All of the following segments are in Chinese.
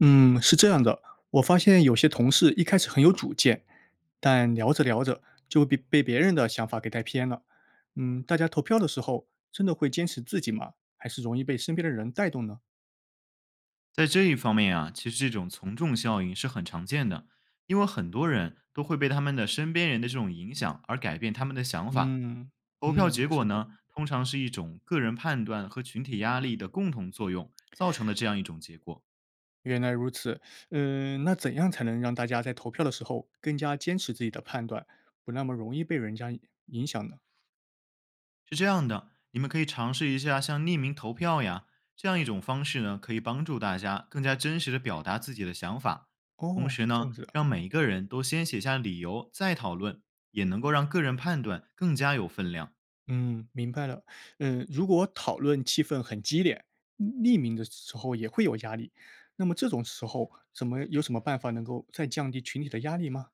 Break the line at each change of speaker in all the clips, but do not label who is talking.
嗯，是这样的，我发现有些同事一开始很有主见，但聊着聊着就会被别人的想法给带偏了。大家投票的时候真的会坚持自己吗？还是容易被身边的人带动呢？
在这一方面啊，其实这种从众效应是很常见的，因为很多人都会被他们的身边人的这种影响而改变他们的想法。
嗯
投票
嗯，
结果
是的，
呢，通常是一种个人判断和群体压力的共同作用造成的这样一种结果。
原来如此。那怎样才能让大家在投票的时候更加坚持自己的判断，不那么容易被人家影响呢？
是这样的，你们可以尝试一下像匿名投票呀这样一种方式呢，可以帮助大家更加真实的表达自己的想法。同
哦，
时
是这
呢，
样子的。
让每一个人都先写下理由再讨论，也能够让个人判断更加有分量。
嗯，明白了。如果讨论气氛很激烈，匿名的时候也会有压力。那么这种时候，怎么有什么办法能够再降低群体的压力吗？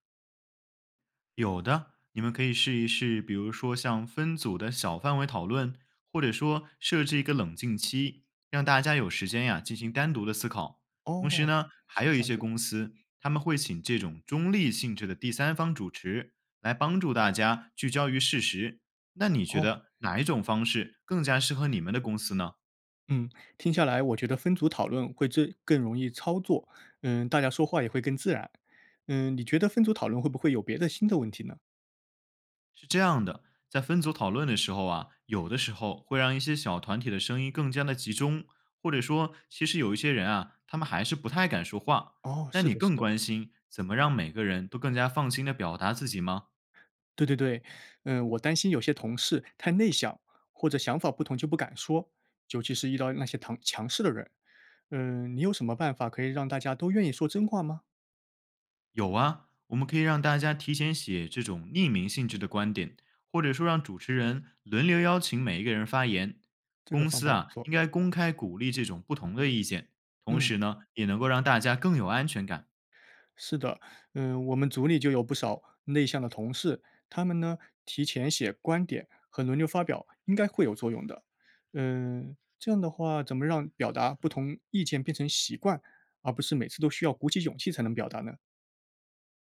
有的，你们可以试一试，比如说像分组的小范围讨论，或者说设置一个冷静期，让大家有时间呀进行单独的思考。同时
哦，
呢，还
是
有
这
一
样
些
子的。
公司他们会请这种中立性质的第三方主持来帮助大家聚焦于事实。那你觉
哦，
得哪一种方式更加适合你们的公司呢？
嗯，听下来，我觉得分组讨论会最更容易操作。大家说话也会更自然。你觉得分组讨论会不会有别的新的问题呢？
是这样的，在分组讨论的时候啊，有的时候会让一些小团体的声音更加的集中，或者说，其实有一些人啊，他们还是不太敢说话。
哦，
那
是
你
的，是
更
的，
关心怎么让每个人都更加放心的表达自己吗？
对对对。我担心有些同事太内向，或者想法不同就不敢说，尤其是遇到那些强势的人。你有什么办法可以让大家都愿意说真话吗？
有啊，我们可以让大家提前写这种匿名性质的观点，或者说让主持人轮流邀请每一个人发言。
这个
公
方
司
法不
啊，
错。
应该公开鼓励这种不同的意见，同时
嗯，
呢，也能够让大家更有安全感。
是的，我们组里就有不少内向的同事，他们呢提前写观点和轮流发表，应该会有作用的。这样的话，怎么让表达不同意见变成习惯，而不是每次都需要鼓起勇气才能表达呢？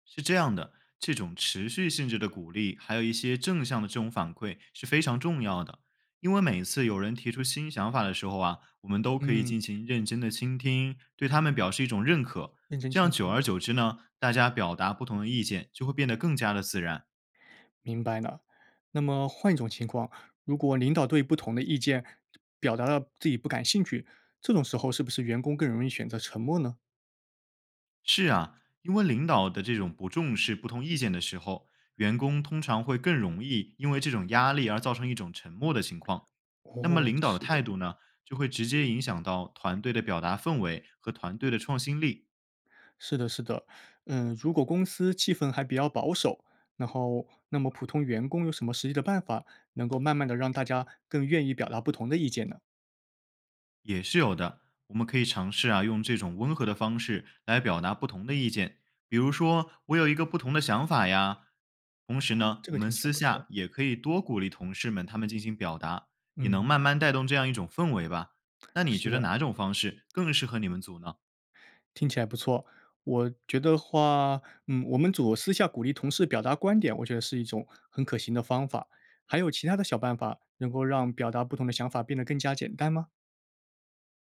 是这样的，这种持续性质的鼓励，还有一些正向的这种反馈是非常重要的。因为每次有人提出新想法的时候啊，我们都可以
嗯，
进行认真的倾听，对他们表示一种认可。
认真
这
倾
样久
听。
而久之呢，大家表达不同的意见就会变得更加的自然。
明白了。那么换一种情况，如果领导对不同的意见表达了自己不感兴趣，这种时候是不是员工更容易选择沉默呢？
是啊，因为领导的这种不重视不同意见的时候，员工通常会更容易因为这种压力而造成一种沉默的情况。那么
哦，
领导的
是的，
态度呢，就会直接影响到团队的表达氛围和团队的创新力。
是的，是的。如果公司气氛还比较保守，然后那么普通员工有什么实际的办法，能够慢慢的让大家更愿意表达不同的意见呢？
也是有的。我们可以尝试啊，用这种温和的方式来表达不同的意见，比如说我有一个不同的想法呀。同时呢，
这
我
个
们
听起来
私
不错。
下也可以多鼓励同事们他们进行表达，也能
嗯，
慢慢带动这样一种氛围吧。那你
是
觉得
的。
哪种方式更适合你们组呢？
听起来不错。我觉得话，我们组私下鼓励同事表达观点，我觉得是一种很可行的方法。还有其他的小办法，能够让表达不同的想法变得更加简单吗？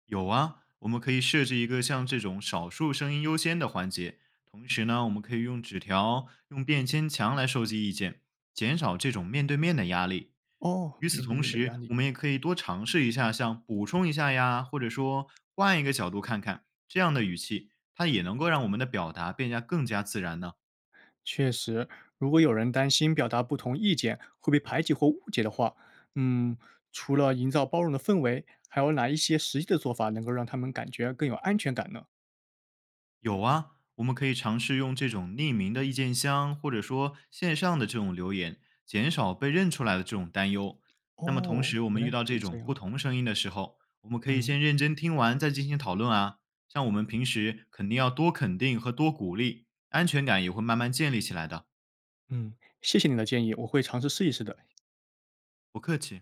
有啊，我们可以设置一个像这种少数声音优先的环节，同时呢，我们可以用纸条、用便签墙来收集意见，减少这种面对面的压力。
哦，
与此
面对
同
面的压
时，
力，
我们也可以多尝试一下，像补充一下呀，或者说换一个角度看看，这样的语气，它也能够让我们的表达变得更加自然呢。
确实，如果有人担心表达不同意见会被排挤或误解的话，嗯，除了营造包容的氛围，还有哪一些实际的做法能够让他们感觉更有安全感呢？
有啊，我们可以尝试用这种匿名的意见箱，或者说线上的这种留言，减少被认出来的这种担忧。那么同
哦，
时，我
原
们遇
来
到
可
这
以这
种不
样。
同声音的时候，我们可以
嗯
先认真听完再进行讨论啊。像我们平时肯定要多肯定和多鼓励，安全感也会慢慢建立起来的。
嗯，谢谢你的建议，我会尝试试一试的。
不客气。